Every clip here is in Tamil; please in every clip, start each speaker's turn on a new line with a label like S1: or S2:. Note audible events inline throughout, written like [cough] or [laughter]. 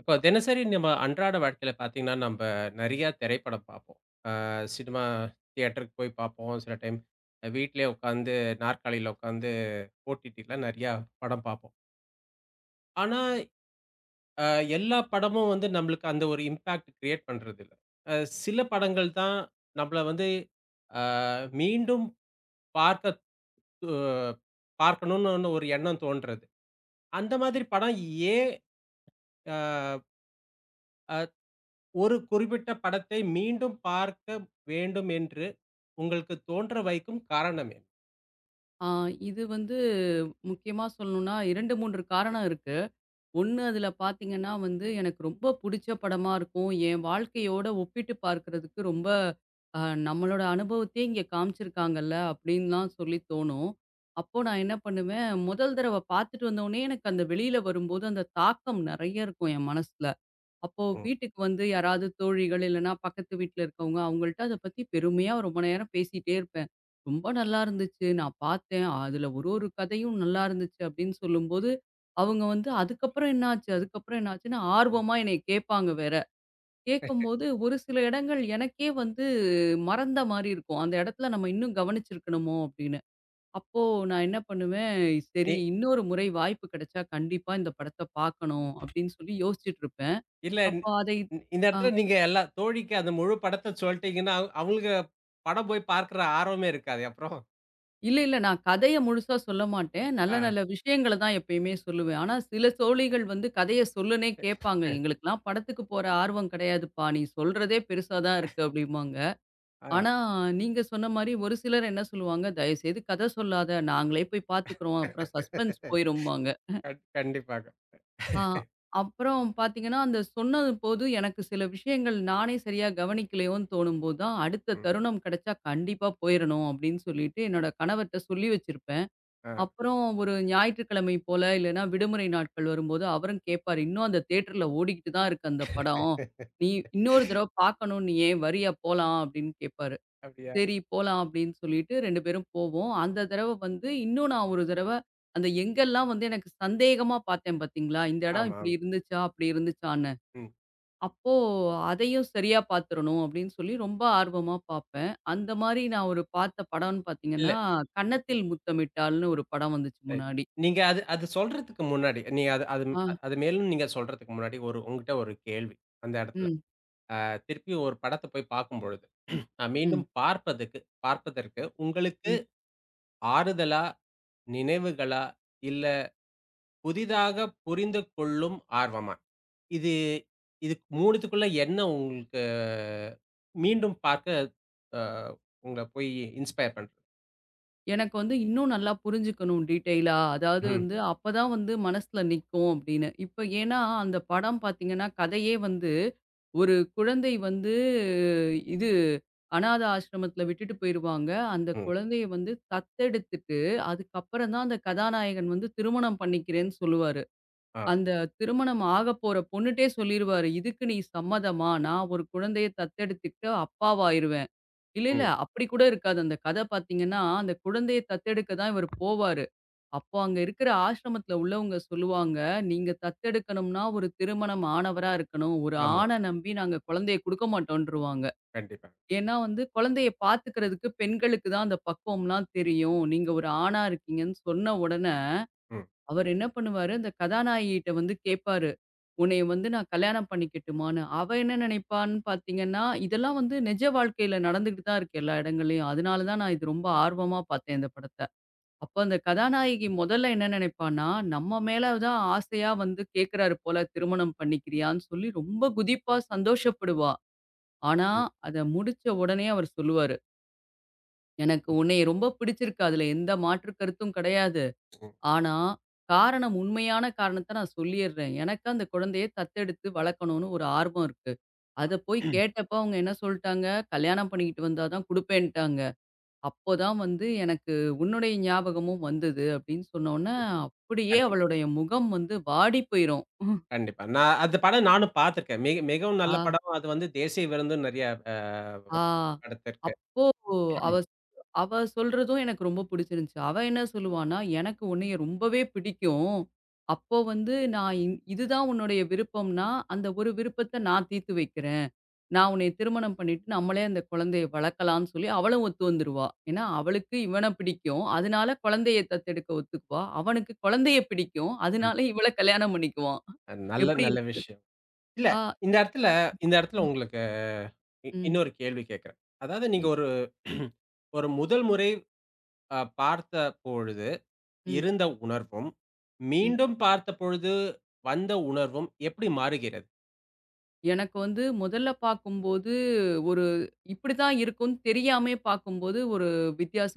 S1: இப்போ தினசரி நம்ம அன்றாட வாழ்க்கையில பார்த்தீங்கன்னா, நம்ப நெறையா திரைப்படம் பார்ப்போம். சினிமா தியேட்டருக்கு போய் பார்ப்போம். சில டைம் வீட்லயே உட்காந்து நாற்காலியில உட்காந்து ஓடிடில நெறையா படம் பார்ப்போம். ஆனா, அ எல்லா படமும் வந்து நம்மளுக்கு அந்த ஒரு இம்பாக்ட் கிரியேட் பண்றதில்ல. அ சில படங்கள் தான் நம்மள வந்து அ மீண்டும் பார்க்க து பார்க்கணும்னு ஒரு எண்ணம் தோன்றது. அந்த மாதிரி படம் ஏன் அ ஒரு குறிப்பிட்ட படத்தை மீண்டும் பார்க்க வேண்டும் என்று உங்களுக்கு தோன்ற வைக்கும் காரணம் என்ன?
S2: ஆ இது வந்து முக்கியமா சொல்லணும்னா 2, 3 காரணம் இருக்கு. ஒண்ணு அதுல பார்த்தீங்கன்னா வந்து, எனக்கு ரொம்ப புடிச்ச படமா இருக்கும். என் வாழ்க்கையோட ஒப்பிட்டு பார்க்கிறதுக்கு ரொம்ப அ நம்மளோட அனுபவத்தையே இங்க காமிச்சிருக்காங்கல்ல அப்டின்லாம் சொல்லி தோணும். அப்போ நான் என்ன பண்ணுவேன், முதல் தடவ பார்த்துட்டு வந்தோனே எனக்கு அந்த வெளியில வரும்போது அந்த தாக்கம் நெறைய இருக்கும் என் மனசுல. அப்போ
S1: ஓ!
S2: வீட்டுக்கு வந்து யாராவது தோழிகள் இல்லைன்னா பக்கத்து வீட்ல இருக்கவங்க அவங்கள்ட்ட அதை பத்தி பெருமையா ரொம்ப நேரம் பேசிட்டே இருப்பேன். ரொம்ப நல்லா இருந்துச்சு. நான் பார்த்தேன். அதுல ஒரு ஒரு கதையும் நல்லா இருந்துச்சு அப்படின்னு சொல்லும்போது, அவங்க வந்து அதுக்கப்புறம் என்ன ஆச்சு? அதுக்கப்புறம் என்ன ஆச்சுன்னு
S1: ம்.
S2: ஆர்வமா என்னைய கேட்பாங்க வேற. கேட்கும்போது ஒரு சில இடங்கள் எனக்கே வந்து மறந்த மாரி இருக்கும். அந்த இடத்துல நம்ம இன்னும் கவனிச்சிருக்கணுமோ அப்படின்னு. அப்போ நான் என்ன பண்ணுவேன்,
S1: நீ
S2: சரி இன்னொரு முறை வாய்ப்பு கிடைச்சா கண்டிப்பா இந்த படத்த பார்க்கணும் அப்படின்னு சொல்லி யோசிச்சுட்டு இருப்பேன்.
S1: இல்ல இ
S2: அப்போ அதை
S1: இந்த
S2: ஆ
S1: இடத்துல நீங்க எல்லா தோழிக்கு அந்த முழு படத்த சொல்ட்டீங்கன்னா, அவங்களுக்கு படம் போய் பார்க்குற ஆர்வமே இருக்காதே அப்புறம்.
S2: இல்ல, இல்ல. நான் கதைய முழுசா சொல்ல மாட்டேன்.
S1: ஆ,
S2: நல்ல நல்ல விஷயங்கள தான் எப்பயுமே சொல்லுவேன். ஆனா சில தோழிகள் வந்து கதைய சொல்லுன்னே கேட்பாங்க. "எங்களுக்கெல்லாம் படத்துக்கு போற ஆர்வம் கிடையாதுப்பா. நீ சொல்றதே பெருசா தான் இருக்கு" அப்படிம்பாங்க.
S1: ஆ.
S2: ஆனா நீங்க சொன்ன மாரி ஒரு சிலர் என்ன சொல்லுவாங்க, "தயவுசெய்து கதை சொல்லாத. நாங்களே போய் பார்த்துக்கிறோம். அப்புறம் சஸ்பென்ஸ் போயிரும்பாங்க."
S1: கண்டிப்பாக.
S2: ஆ, அப்புறம் பார்த்தீங்கன்னா, அந்த சொன்னது போது எனக்கு சில விஷயங்கள் நானே சரியா கவனிக்கலையோன்னு தோணும்போது தான், அடுத்த
S1: ம்.
S2: தருணம் கிடைச்சா கண்டிப்பா போயிறணும் அப்படின்னு சொல்லிட்டு என்னோட கணவர்ட்ட சொல்லி வச்சிருப்பேன்.
S1: ஆ.
S2: அப்புறம் ஒரு ஞாயிற்றுக்கிழமை போல இல்லன்னா விடுமுறை நாட்கள் வரும்போது அவரும் கேட்பாரு, "இன்னும் அந்த தியேட்டர்ல ஓடிக்கிட்டு தான் இருக்கு அந்த படம். நீ இன்னொரு தடவ பார்க்கணும். நீ ஏன் வரியா போலாம்?" அப்படின்னு கேட்பாரு.
S1: அப்படியா?
S2: சரி போலாம் அப்படின்னு சொல்லிட்டு 2 பேரும் போவோம். அந்த தடவ வந்து இன்னும் நான்
S1: ம்.
S2: ஒரு தடவ அந்த எங்கெல்லாம் வந்து எனக்கு சந்தேகமா பார்த்தேன் பார்த்தீங்களா? இந்த இடம்
S1: ஆமா,
S2: இப்படி
S1: ஆமா.
S2: இருந்துச்சா? அப்படி இருந்துச்சான்னு.
S1: ம்.
S2: அப்போ அதையும் சரியா பார்த்துறணும் அப்படின்னு சொல்லி ரொம்ப ஆர்வமா பார்ப்பேன். அந்த மாரி நான் ஒரு பார்த்த படம்ன்னு
S1: இல்ல.
S2: பார்த்தீங்கன்னா, கன்னத்தில் முத்தமிட்டால்ன்னு ஒரு படம் வந்துச்சு
S1: ரைட்.
S2: முன்னாடி.
S1: நீங்க அது அது சொல்றதுக்கு முன்னாடி, நீங்க அது அது
S2: ஆ.
S1: அது மேலும் நீங்க சொல்றதுக்கு முன்னாடி ஒரு உங்ககிட்ட ஒரு கேள்வி அந்த இடத்துல.
S2: ம்.
S1: திருப்பி ஒரு படத்த போய் பார்க்கும்பொழுது, நான்
S2: ம்.
S1: மீண்டும் பார்ப்பதற்கு உங்களுக்கு
S2: ம்.
S1: ஆறுதலா, நினைவுகளா, இல்ல புதிதாக புரிந்து கொள்ளும் ஆர்வமா? இது இது 3த்துக்குள்ள என்ன உங்களுக்கு மீண்டும் பார்க்க அ உங்கள போய் இன்ஸ்பயர் பண்றது?
S2: எனக்கு வந்து இன்னும் நல்லா புரிஞ்சுக்கணும் டீட்டெயிலா. அதாவது
S1: ம்,
S2: வந்து அப்பதான் வந்து மனசுல நிக்கும் அப்படின்னு. இப்ப ஏன்னா அந்த படம் பார்த்தீங்கன்னா, கதையே வந்து ஒரு குழந்தை வந்து இது அனாதை ஆசிரமத்தில விட்டுட்டு போயிருவாங்க. அந்த
S1: ம்.
S2: குழந்தைய வந்து தத்தெடுத்துட்டு, அதுக்கப்புறம் தான் அந்த கதாநாயகன் வந்து திருமணம் பண்ணிக்கிறேன்னு சொல்லுவாரு.
S1: ஆ,
S2: அந்த திருமணம் ஆகப்போற பொண்ணுட்டயே சொல்லிருவாரு, "இதுக்கு நீ சம்மதமா? நான் ஒரு குழந்தைய தத்தெடுத்துக்கிட்டு அப்பாவாயிருவேன்." இல்ல, இல்ல.
S1: ம்.
S2: அப்படி கூட இருக்காது. அந்த கதை பார்த்தீங்கன்னா, அந்த குழந்தைய தத்தெடுக்க தான் இவரு போவாரு. அப்போ அங்க இருக்கிற ஆசிரமத்தில உள்ளவங்க சொல்லுவாங்க, "நீங்க தத்தெடுக்கணும்னா ஒரு திருமணம் ஆனவரா இருக்கணும். ஒரு
S1: ஆமா.
S2: ஆண நம்பி நாங்க குழந்தைய குடுக்க மாட்டோன்ருவாங்க.
S1: கண்டிப்பா.
S2: ஏன்னா வந்து குழந்தைய பார்த்துக்கிறதுக்கு பெண்களுக்கு தான் அந்த பக்குவம்லாம் தெரியும். நீங்க ஒரு ஆணா இருக்கீங்கன்னு" சொன்ன உடனே,
S1: ம்,
S2: அவர் என்ன பண்ணுவாரு, அந்த கதாநாயகிட்ட வந்து கேட்பாரு. உன்னைய வந்து நான் கல்யாணம் பண்ணிக்கட்டுமான்னு. அவ என்ன நினைப்பான்னு பார்த்தீங்கன்னா, இதெல்லாம் வந்து நிஜ வாழ்க்கையில நடந்துகிட்டு தான் இருக்கு எல்லா இடங்கள்லயும். அதனால தான் நான் இது ரொம்ப ஆர்வமா பார்த்தேன் இந்த படத்த. அப்ப அந்த கதாநாயகி முதல்ல என்ன நினைப்பான்னா, நம்ம மேல தான் ஆசையா வந்து கேட்கிறாரு போல திருமணம் பண்ணிக்கிறியான்னு சொல்லி ரொம்ப குதிப்பா சந்தோஷப்படுவா. ஆனா,
S1: ம்,
S2: அத முடிச்ச உடனே அவர் சொல்லுவாரு, "எனக்கு உன்னைய ரொம்ப பிடிச்சிருக்கு. அதுல எந்த மாற்று கருத்தும் கிடையாது.
S1: ம்.
S2: ஆனா, காரணம் உண்மையான காரணத்த நான் சொல்லிர்றேன். எனக்கு அந்த குழந்தைய தத்தெடுத்து வளர்க்கணும்னு ஒரு ஆர்வம் இருக்கு. அத போய் கேட்டப்ப அவங்க என்ன சொல்ட்டாங்க, "கல்யாணம் பண்ணிக்கிட்டு வந்தா தான் குடுப்பேன்ட்டாங்க." அப்போ தான் வந்து எனக்கு உன்னுடைய ஞாபகமும் வந்தது அப்படின்னு சொன்னோனே, அப்படியே
S1: கண்டிப்பா,
S2: அவளுடைய முகம் வந்து வாடி போயிரும்.
S1: கண்டிப்பா. நான் அந்த படம்
S2: அ.
S1: நானும் பார்த்துருக்கேன். மிக மிகவும் நல்ல
S2: ஆ.
S1: படம். அது வந்து தேசிய விருதும் நெறைய அ
S2: ஆ.
S1: படத்திற்கு.
S2: அப்போ
S1: ம்.
S2: அவ சொல்றதும் எனக்கு ரொம்ப பிடிச்சிருந்துச்சு. அவ என்ன சொல்லுவான்னா, "எனக்கு உன்னைய ரொம்பவே பிடிக்கும். அப்போ வந்து நான் இ இதுதான் உன்னுடைய விருப்பம்னா, அந்த ஒரு விருப்பத்த நான் தீர்த்து வைக்கிறேன். நான் உன்னைய திருமணம் பண்ணிட்டு, நம்மளே அந்த குழந்தைய வளர்க்கலாம்ன்னு" சொல்லி அவளும் ஒத்து வந்துருவா. ஏன்னா, அவளுக்கு இவன பிடிக்கும். அதனால குழந்தைய தத்தெடுக்க ஒத்துக்குவா. அவனுக்கு குழந்தைய பிடிக்கும். அதனால இவள கல்யாணம் பண்ணிக்குவான்.
S1: நல்ல
S2: எப்படி
S1: நல்ல
S2: இருக்கு?
S1: விஷயம். இல்ல.
S2: ஆ.
S1: இந்த இடத்துல இந்த இடத்துல
S2: ம்,
S1: உங்களுக்கு
S2: ம்,
S1: இன்னொரு கேள்வி கேட்கிறேன். அதாவது நீங்க
S2: ம்,
S1: ஒரு [clears throat] ஒரு முதல் முறை பார்த்த பொழுது
S2: ம்,
S1: இருந்த உணர்வும்,
S2: ம்.
S1: மீண்டும் பார்த்த பொழுது வந்த உணர்வும் எப்படி மாறுகிறது?
S2: எனக்கு வந்து முதல்ல பார்க்கும்போது, ஒரு இப்படிதான் இருக்கும்னு தெரியாமயே பார்க்கும்போது, ஒரு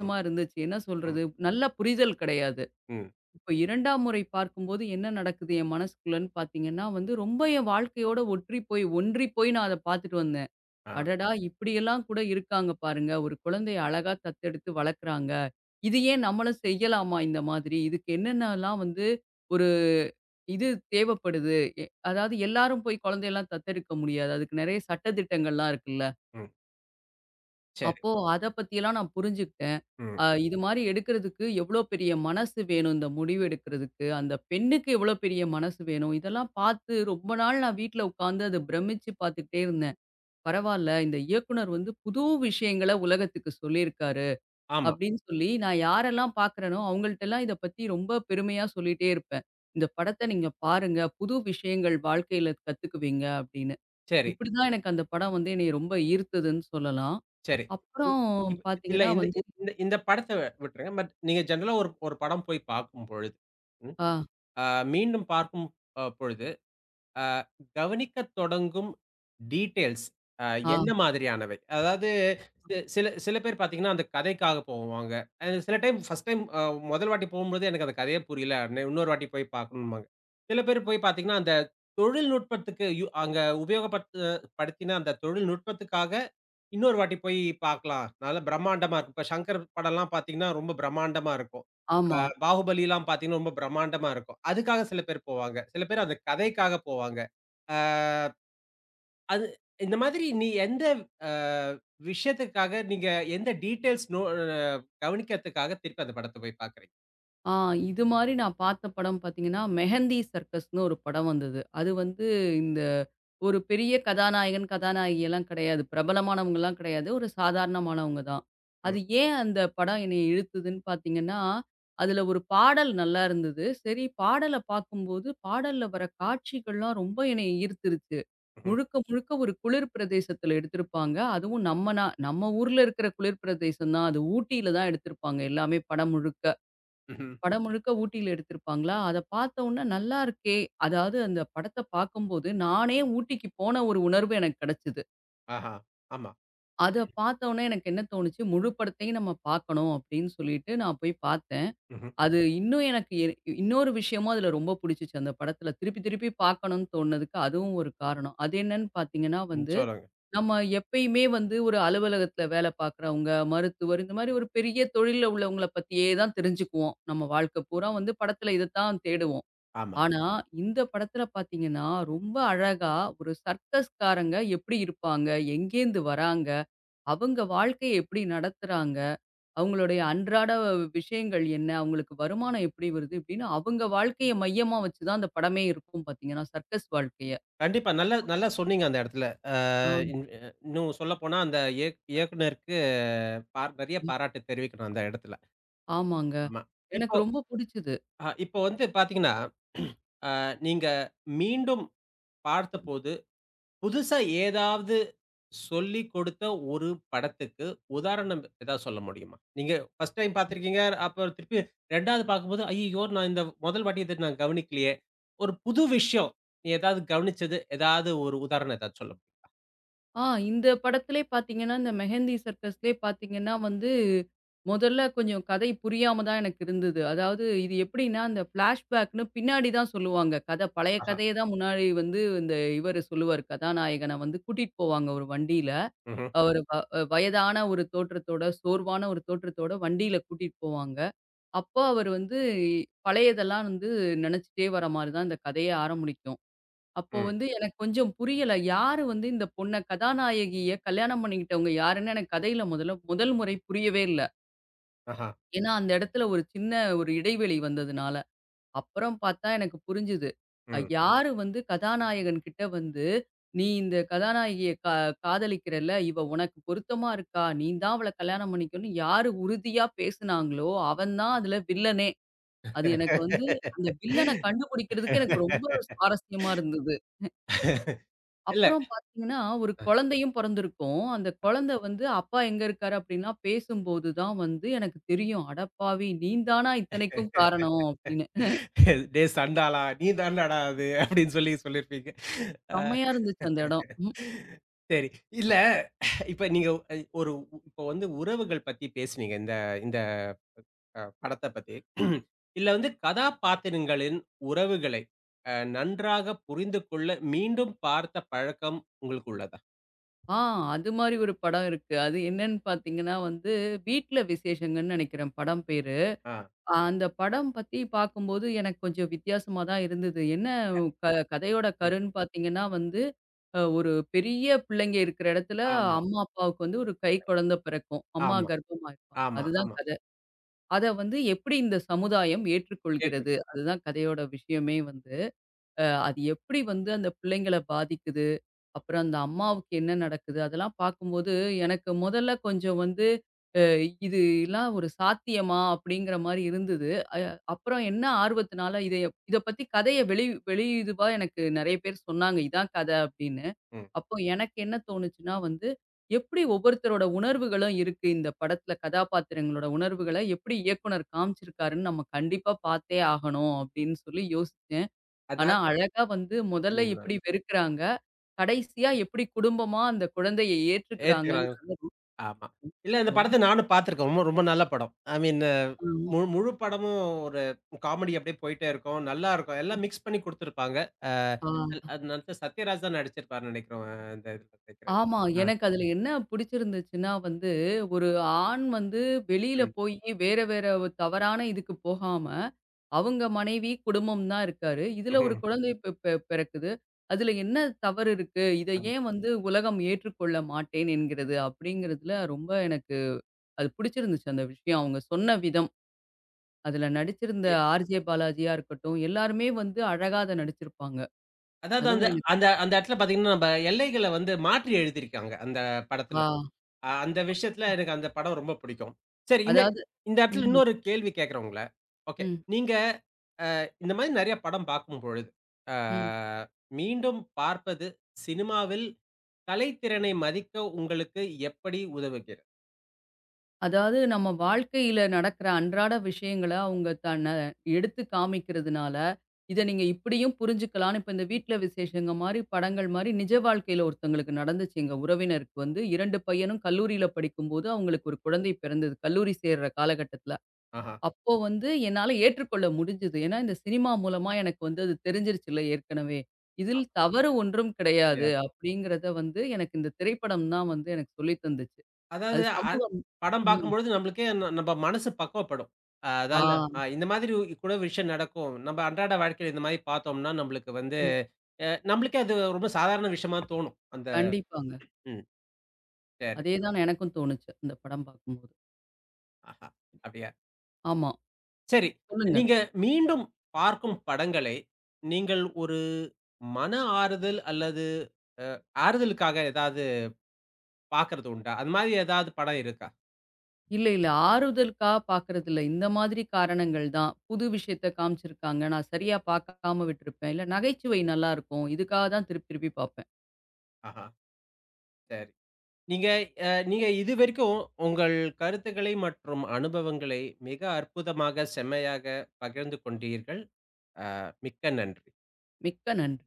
S1: ம்,
S2: இருந்துச்சு. என்ன
S1: ம்,
S2: சொல்றது? நல்ல புரிதல் கிடையாது.
S1: ம்.
S2: இப்ப 2ஆம் முறை பார்க்கும்போது என்ன நடக்குது என் மனசுக்குள்ளன்னு பார்த்தீங்கன்னா வந்து, ரொம்ப என் வாழ்க்கையோட ஒற்றி போய் ஒன்றி போய் நான் அத பார்த்துட்டு வந்தேன்.
S1: ஆ,
S2: அடடா! இப்படியெல்லாம் கூட இருக்காங்க பாருங்க. ஒரு குழந்தைய அழகா தத்தெடுத்து வளர்க்குறாங்க. இது ஏன் நம்மளும் செய்யலாமா இந்த மாதிரி? இதுக்கு என்னென்னலாம் வந்து ஒரு இது தேவைப்படுது. எ அதாவது எல்லாரும் போய் குழந்தையெல்லாம் தத்தெடுக்க முடியாது. அதுக்கு நெறைய சட்டதிட்டங்கள்லாம் இருக்குல்ல.
S1: ம். சரி.
S2: அப்போ அத பத்தியெல்லாம் நான் புரிஞ்சுக்கிட்டேன்.
S1: ம்.
S2: இது மாரி எடுக்கிறதுக்கு எவ்ளோ பெரிய மனசு வேணும் இந்த முடிவு எடுக்கிறதுக்கு, அந்த பெண்ணுக்கு எவ்ளோ பெரிய மனசு வேணும். இதெல்லாம் பார்த்து ரொம்ப நாள் நான் வீட்ல உட்கார்ந்து அத பிரமிச்சு பார்த்துக்கிட்டே இருந்தேன். பரவால்ல இந்த இயக்குனர் வந்து புது விஷயங்கள உலகத்துக்கு சொல்லியிருக்காரு.
S1: ஆமா.
S2: அப்படின்னு சொல்லி, நான் யாரெல்லாம் பார்க்குறேனோ, அவங்கள்ட்டலாம் இத பத்தி ரொம்ப பெருமையா சொல்லிட்டே இருப்பேன். "இந்த படத்த நீங்க பாருங்க. புது விஷயங்கள் வாழ்க்கையில கத்துக்குவீங்க" அப்படின்னு.
S1: சரி,
S2: இப்படிதான் எனக்கு அந்த படம் வந்து என்னைய ரொம்ப ஈர்த்ததுன்னு சொல்லலாம்.
S1: சரி. இ
S2: அப்புறம்
S1: இப் இல்ல.
S2: பார்த்தீங்கன்னா
S1: இந்த
S2: வந்து
S1: இந்த இந்த படத்த விட்டுருங்க. பட் நீங்க ஜெனரலா ஒரு ஒரு படம் போய் பார்க்கும் பொழுது, ம்.
S2: ஆ,
S1: அ மீண்டும் பார்க்கும் பொழுது அ கவனிக்கத் தொடங்கும் டீட்டெயில்ஸ் அ
S2: ஆ,
S1: என்ன மாதிரியானவை? அதாவது சி சில சில பேர் பார்த்தீங்கன்னா, அந்த கதைக்காக போவாங்க. சில டைம். ஃபர்ஸ்ட் டைம் அ முதல் வாட்டி போகும்போது எனக்கு அந்த கதையே புரியல. இன்னொரு வாட்டி போய் பார்க்கணும்பாங்க. சில பேர் போய் பார்த்தீங்கன்னா, அந்த தொழில்நுட்பத்துக்கு அங்க படுத்தின அந்த தொழில்நுட்பத்துக்காக இன்னொரு வாட்டி போய் பார்க்கலாம். நல்லா பிரம்மாண்டமா இருக்கும். இப்ப சங்கர் படம்லாம் பார்த்தீங்கன்னா, ரொம்ப பிரம்மாண்டமா இருக்கும். அ
S2: ஆமா.
S1: பாகுபலிலாம் பார்த்தீங்கன்னா, ரொம்ப பிரம்மாண்டமா இருக்கும். அதுக்காக சில பேர் போவாங்க. சில பேர் அந்த கதைக்காக போவாங்க. அ அது இந்த மாதிரி எந்த அ விஷயத்துக்காக நீங்க எந்த டீட்டெயில்ஸ் நோ அ கவனிக்கிறதுக்காக திருப்பி அந்த படத்த போய் பார்க்குறீங்க?
S2: ஆ இது மாரி நான் பார்த்த படம் பார்த்தீங்கன்னா, மெஹந்தி சர்க்கஸ்ன்னு ஒரு படம் வந்தது. அது வந்து இந்த ஒரு பெரிய கதாநாயகன், கதாநாயகி எல்லாம் கிடையாது. பிரபலமானவங்கலாம் கிடையாது. ஒரு சாதாரணமானவங்க தான். அது
S1: ம்.
S2: ஏன் அந்த படம் என்னைய இழுத்ததுன்னு பார்த்தீங்கன்னா, அதில ஒரு பாடல் நல்லா இருந்தது. சரி பாடல பார்க்கும்போது, பாடல்ல வர காட்சிகள்லாம் ரொம்ப என்னைய ஈர்த்துருச்சு.
S1: ம்ஹ்ம்.
S2: முழுக்க முழுக்க ஒரு குளிர் பிரதேசத்தில எடுத்திருப்பாங்க. அதுவும் நம்ம ஊர்ல இருக்கிற குளிர் பிரதேசம் தான். அது ஊட்டியில தான் எடுத்திருப்பாங்க எல்லாமே படம் முழுக்க.
S1: ம்ஹ்ம்.
S2: படம் முழுக்க ஊட்டியில எடுத்திருப்பாங்களா, அத பார்த்தவுடனே நல்லா இருக்கே! அதாவது அந்த படத்த பார்க்கும்போது, நானே ஊட்டிக்கு போன ஒரு உணர்வு எனக்கு கிடைச்சது.
S1: ஆஹா. ஆமா.
S2: அத பார்த்தவுனே எனக்கு என்ன தோணுச்சு, முழு படத்தையும் நம்ம பார்க்கணும் அப்படின்னு சொல்லிட்டு நான் போய் பார்த்தேன்.
S1: ம்ஹ்ம்.
S2: அது இன்னும் எனக்கு எ இன்னொரு விஷயமும் அதுல ரொம்ப புடிச்சுச்சு. அந்த படத்துல திருப்பி திருப்பி பார்க்கணும்னு தோணுனதுக்கு அதுவும் ஒரு காரணம். அது என்னன்னு பார்த்தீங்கன்னா
S1: ம்.
S2: வந்து,
S1: சொல்லுங்க.
S2: நம்ம எப்பயுமே வந்து ஒரு அலுவலகத்துல வேல பார்க்குறவங்க, மருத்துவர் இந்த மாரி ஒரு பெரிய தொழில்ல உள்ளவங்கள பத்தியே தான் தெரிஞ்சுக்குவோம். நம்ம வாழ்க்கை பூரா வந்து படத்துல இத தான் தேடுவோம்.
S1: ஆமா.
S2: ஆனா, இந்த படத்துல பார்த்தீங்கன்னா, ரொம்ப அழகா ஒரு சர்க்கஸ்காரங்க எப்படி இருப்பாங்க? எங்கேருந்து வராங்க? அவங்க வாழ்க்கைய எப்படி நடத்துறாங்க? அவங்களுடைய அன்றாட விஷயங்கள் என்ன? அவங்களுக்கு வருமானம் எப்படி வருது? இப்படின்னு அவங்க வாழ்க்கைய மையமா வச்சு தான் அந்த படமே இருக்கும் பார்த்தீங்கன்னா, சர்க்கஸ் வாழ்க்கைய.
S1: கண்டிப்பா. நல்லா நல்லா சொன்னீங்க அந்த இடத்துல. அ
S2: ஆ.
S1: இன் அ இன்னும் சொல்லப்போனா அந்த இயக்குனருக்கு நெறைய
S2: ம்.
S1: பாராட்டு தெரிவிக்கணும் அந்த இடத்துல.
S2: ஆமாங்க.
S1: ஆமா. இப்போ
S2: எனக்கு ரொம்ப புடிச்சது.
S1: இப்போ வந்து பார்த்தீங்கன்னா, அ நீங்க மீண்டும் பார்த்தபோது, புதுசா ஏதாவது சொல்லிக் கொடுத்த ஒரு படத்துக்கு உதாரணம் ஏதாவது சொல்ல முடியுமா? நீங்க ஃபர்ஸ்ட் டைம் பார்த்திருக்கீங்க. அப்புறம் திருப்பி 2வது பார்க்கும்போது, "ஐயய்யோ! நான் இந்த முதல் வாட்டி இத நான் கவனிக்கலையே." ஒரு புது விஷயம், நீ ஏதாவது கவனிச்சது, ஏதாவது ஒரு உதாரணம் ஏதாவது சொல்ல
S2: ஆ இந்த படத்திலே பார்த்தீங்கன்னா, இந்த மெஹந்தி சர்க்கஸ்லயே பார்த்தீங்கன்னா வந்து, முதல்ல கொஞ்சம் கதை புரியாம தான் எனக்கு இருந்தது. அதாவது இது எப்படின்னா, அந்த ஃப்ளாஷ்பேக்ன்னு பின்னாடி தான் சொல்லுவாங்க கதை. பழைய
S1: முடியுமா?
S2: கதைய தான் முன்னாடி வந்து இந்த இவரு சொல்லுவாரு, கதாநாயகன வந்து கூட்டிட்டு போவாங்க ஒரு வண்டியில.
S1: Mhm.
S2: அவரு வ வயதான ஒரு தோற்றத்தோட, சோர்வான ஒரு தோற்றத்தோட வண்டியில கூட்டிட்டு போவாங்க. அப்போ அவரு வந்து பழையதெல்லாம் வந்து நெனச்சுட்டே வர மாரி தான் இந்த கதையே ஆரம்பிக்கும். அப்போ
S1: Mm.
S2: வந்து எனக்கு கொஞ்சம் புரியல. யாரு வந்து இந்த பொண்ண கதாநாயகிய கல்யாணம் பண்ணிக்கிட்டவங்க யாருன்னு எனக்கு கதையில முதல்ல முதல் முறை புரியவே இல்ல.
S1: Uh-huh.
S2: ஏன்னா, அந்த இடத்துல ஒரு சின்ன ஒரு இடைவெளி வந்ததுனால. அப்புறம் பார்த்தா எனக்கு புரிஞ்சுது.
S1: Mm.
S2: யாரு வந்து கதாநாயகன் கிட்ட வந்து, "நீ இந்த கதாநாயகிய காதலிக்கிறல்ல, இவ உனக்கு பொருத்தமா இருக்கா? நீ தான் அவள கல்யாணம் பண்ணிக்கணும்னு" யாரு உறுதியா பேசுனாங்களோ, அவன் தான் அதுல வில்லனே. அது எனக்கு வந்து அந்த வில்லன கண்டுபிடிக்கிறதுக்கு எனக்கு ரொம்ப சுவாரஸ்யமா இருந்தது.
S1: இல்ல.
S2: அப்புறம் பார்த்தீங்கன்னா, ஒரு குழந்தையும் பொறந்திருக்கும். அந்த குழந்தை வந்து அப்பா எங்க இருக்காரு அப்டின்லாம் பேசும்போது தான் வந்து எனக்கு தெரியும். "அடப்பாவி! நீ தானா இத்தனைக்கும் காரணம்" அப்டின்னு.
S1: "டேய் சண்டாளா, நீ தான்டாடா அது" அப்படின்னு சொல்லி சொல்லியிருப்பீங்க. அ.
S2: செம்மையா இருந்துச்சு அந்த இடம். ம்.
S1: சரி. இல்ல. இப்ப நீங்க அ ஒரு இப்ப வந்து உறவுகள் பத்தி பேசுனீங்க. இந்த இந்த அ படத்த பத்தி. இதுல வந்து கதாபாத்திரங்களின் உறவுகளை நன்றாக புரிந்து கொள்ள மீண்டும் பார்த்த பழக்கம் உங்களுக்கு உள்ளதா?
S2: ஆ அது மாரி ஒரு படம் இருக்கு. அது என்னன்னு பார்த்தீங்கன்னா வந்து, "வீட்ல விசேஷங்கன்னு" நெனைக்கிறேன் படம் பேரு.
S1: ஆ.
S2: அந்த படம் பத்தி பார்க்கும்போது எனக்கு கொஞ்சம் வித்தியாசமா தான் இருந்தது. என்ன க கதையோட
S1: ம்.
S2: கருன்னு பார்த்தீங்கன்னா வந்து, ஒரு பெரிய பிள்ளைங்க இருக்கிற இடத்துல
S1: ஆமா,
S2: அம்மா, அப்பாவுக்கு வந்து ஒரு கை குழந்தை பிறக்கும். அம்மா
S1: ஆமா,
S2: கர்ப்பமா இருப்பாங்க.
S1: ஆமா,
S2: அதுதான்
S1: ஆமா.
S2: கதை. அத வந்து எப்படி இந்த சமுதாயம்
S1: ஏற்று
S2: ஏற்றுக்கொள்கிறது? அதுதான் கதையோட விஷயமே வந்து. அது எப்படி வந்து அந்த பிள்ளைங்கள பாதிக்குது? அப்புறம் அந்த அம்மாவுக்கு என்ன நடக்குது? அதெல்லாம் பார்க்கும்போது, எனக்கு முதல்ல கொஞ்சம் வந்து, அ இதெல்லாம் ஒரு சாத்தியமா? அப்படிங்கிற மாரி இருந்தது. அ அப்புறம் என்ன ஆர்வத்தினால இத பத்தி கதைய வெளி வெளி இதுவா எனக்கு நெறைய பேர் சொன்னாங்க. இதான் கதை அப்படின்னு. அப்போ எனக்கு என்ன தோணுச்சுன்னா வந்து, எப்படி ஒவ்வொருத்தரோட உணர்வுகளும் இருக்கு இந்த படத்துல கதாபாத்திரங்களோட உணர்வுகள எப்படி இயக்குனர் காமிச்சிருக்காருன்னு நம்ம கண்டிப்பா பார்த்தே ஆகணும் அப்படின்னு சொல்லி யோசிச்சேன். ஆனா
S1: அதான்.
S2: அழகா வந்து முதல்ல
S1: ம்.
S2: எப்படி வெறுக்குறாங்க. கடைசியா எப்படி குடும்பமா அந்த குழந்தைய
S1: ஏத்துக்கிறாங்க.
S2: ஏற்றுக்கிறாங்கன்னு
S1: ஆமா. இல்ல. இந்த படத்த
S2: ரொம்ப
S1: நானும் பார்த்துருக்கேன். ரொம்ப ரொம்ப நல்ல படம். ஐ மீன்
S2: ஆமா.
S1: முழு படமும் ஒரு காமெடி அப்படியே போயிட்டே இருக்கும். நல்லாருக்கும். எல்லாம் மிக்ஸ் பண்ணி குடுத்துருப்பாங்க. அ
S2: ஆ.
S1: அது அது நடிச்ச சத்யராஜ் தான் நடிச்சிருப்பாருன்னு நெனைக்கிறோம். அந்த இதுல நெனைக்கிறேன்.
S2: ஆமா.
S1: ஆ.
S2: எனக்கு அதுல என்ன பிடிச்சிருந்துச்சுன்னா வந்து, ஒரு ஆண் வந்து வெளியில
S1: ம்.
S2: போயி வேற வேற ஒரு தவறான இதுக்கு போகாம, அவங்க மனைவி, குடும்பம் தான் இருக்காரு. இதுல ஒரு
S1: ம்ஹ்ம்.
S2: குழந்தை பெ பெ பிறக்குது. அதுல என்ன தவறு இருக்கு? இத
S1: ஆமா.
S2: ஏன் வந்து உலகம் ஏற்றுக்கொள்ள மாட்டேன் என்கிறது? அப்படிங்கிறதுல ரொம்ப எனக்கு அது பிடிச்சிருந்துச்சு அந்த விஷயம். அவங்க சொன்ன விதம். அதுல நடிச்சிருந்த
S1: எ
S2: ஆர்ஜே பாலாஜியா இருக்கட்டும், எல்லாருமே வந்து அழகா அத நடிச்சிருப்பாங்க.
S1: அதாவது அந்த
S2: அதுவும் எனக்கு
S1: அந்த அந்த இடத்துல பார்த்தீங்கன்னா, நம்ம எல்லைகள வந்து மாற்றி எழுதியிருக்காங்க, அந்த படத்துல.
S2: ஆ
S1: அந்த விஷயத்துல எனக்கு அந்த படம் ரொம்ப பிடிக்கும். சரி. இந்த
S2: அதாவது
S1: இந்த இடத்துல
S2: ம்,
S1: இன்னொரு கேள்வி கேட்கிறேன் உங்கள. ஓகே.
S2: ம்,
S1: நீங்க இந்த மாரி நெறைய படம் பார்க்கும்பொழுது, அ
S2: ம்.
S1: மீண்டும் பார்ப்பது சினிமாவில் கலைத்திறனை மதிக்க உங்களுக்கு எப்படி உதவுகிறது?
S2: அதாவது நம்ம வாழ்க்கையில நடக்கிற அன்றாட விஷயங்கள அவங்க தன்னை எடுத்து காமிக்கிறதுனால, இத நீங்க இப்படியும் புரிஞ்சுக்கலான்னு இப்ப இந்த வீட்ல விசேஷங்க மாரி, படங்கள் மாரி நிஜ வாழ்க்கையில ஒருத்தங்களுக்கு நடந்துச்சு. எங்க உறவினருக்கு வந்து 2 பையனும் கல்லூரியில படிக்கும்போது அவங்களுக்கு ஒரு குழந்தை பிறந்தது. கல்லூரி சேர்ற காலகட்டத்தில.
S1: ஆஹா!
S2: அப்போ வந்து என்னால ஏற்றுக்கொள்ள முடிஞ்சது. ஏன்னா, இந்த சினிமா மூலமா எனக்கு வந்து அது தெரிஞ்சிருச்சுல்ல ஏற்கனவே. இதில்
S1: ஆமா.
S2: தவறு ஒன்றும்
S1: சரியா
S2: கிடையாது
S1: இருக்கு.
S2: அப்படிங்கிறத வந்து எனக்கு இந்த திரைப்படம் தான் வந்து எனக்கு சொல்லி தந்துச்சு.
S1: அதாவது
S2: அது
S1: அ
S2: சமூகம்
S1: படம்
S2: ம்.
S1: பார்க்கும்பொழுது நம்மளுக்கே நம்ப மனசு பக்குவப்படும்.
S2: ஆ.
S1: அதால இந்த மாதிரி கூட விஷயம் நடக்கும். நம்ம அன்றாட வாழ்க்கையில இந்த மாரி பார்த்தோம்னா, நம்மளுக்கு வந்து
S2: ம்.
S1: நம்மளுக்கே அது ரொம்ப சாதாரண விஷயமா தோணும். அந்த
S2: கண்டிப்பாங்க.
S1: ம். சரி.
S2: அதேதான் எனக்கும் தோணுச்சு. அந்த படம் பார்க்கும்போது.
S1: ஆஹா! அப்படியா?
S2: ஆமா.
S1: சரி.
S2: சொல்லுங்க.
S1: நீங்க மீண்டும் பார்க்கும் படங்களை, நீங்கள் ஒரு மன ஆறுதல் அல்லது அ ஆறுதலுக்காக ஏதாவது பார்க்கறது உண்டா? அது மாரி ஏதாவது படம் இருக்கா?
S2: இல்ல, இல்ல. ஆறுதலுக்கா பார்க்கறதில்ல. இந்த மாதிரி காரணங்கள் தான். புது விஷயத்த காமிச்சிருக்காங்க. நான் சரியா பார்க்காம விட்டுருப்பேன். இல்ல நகைச்சுவை நல்லாருக்கும். இதுக்காக தான் திருப்பி திருப்பி பார்ப்பேன்.
S1: ஆஹா, சரி. நீங்க நீங்க இதுவரைக்கும் உங்கள் கருத்துக்களை மற்றும் அனுபவங்களை மிக அற்புதமாக, செம்மையாக பகிர்ந்து கொண்டீர்கள். அ மிக்க நன்றி.
S2: மிக்க நன்றி.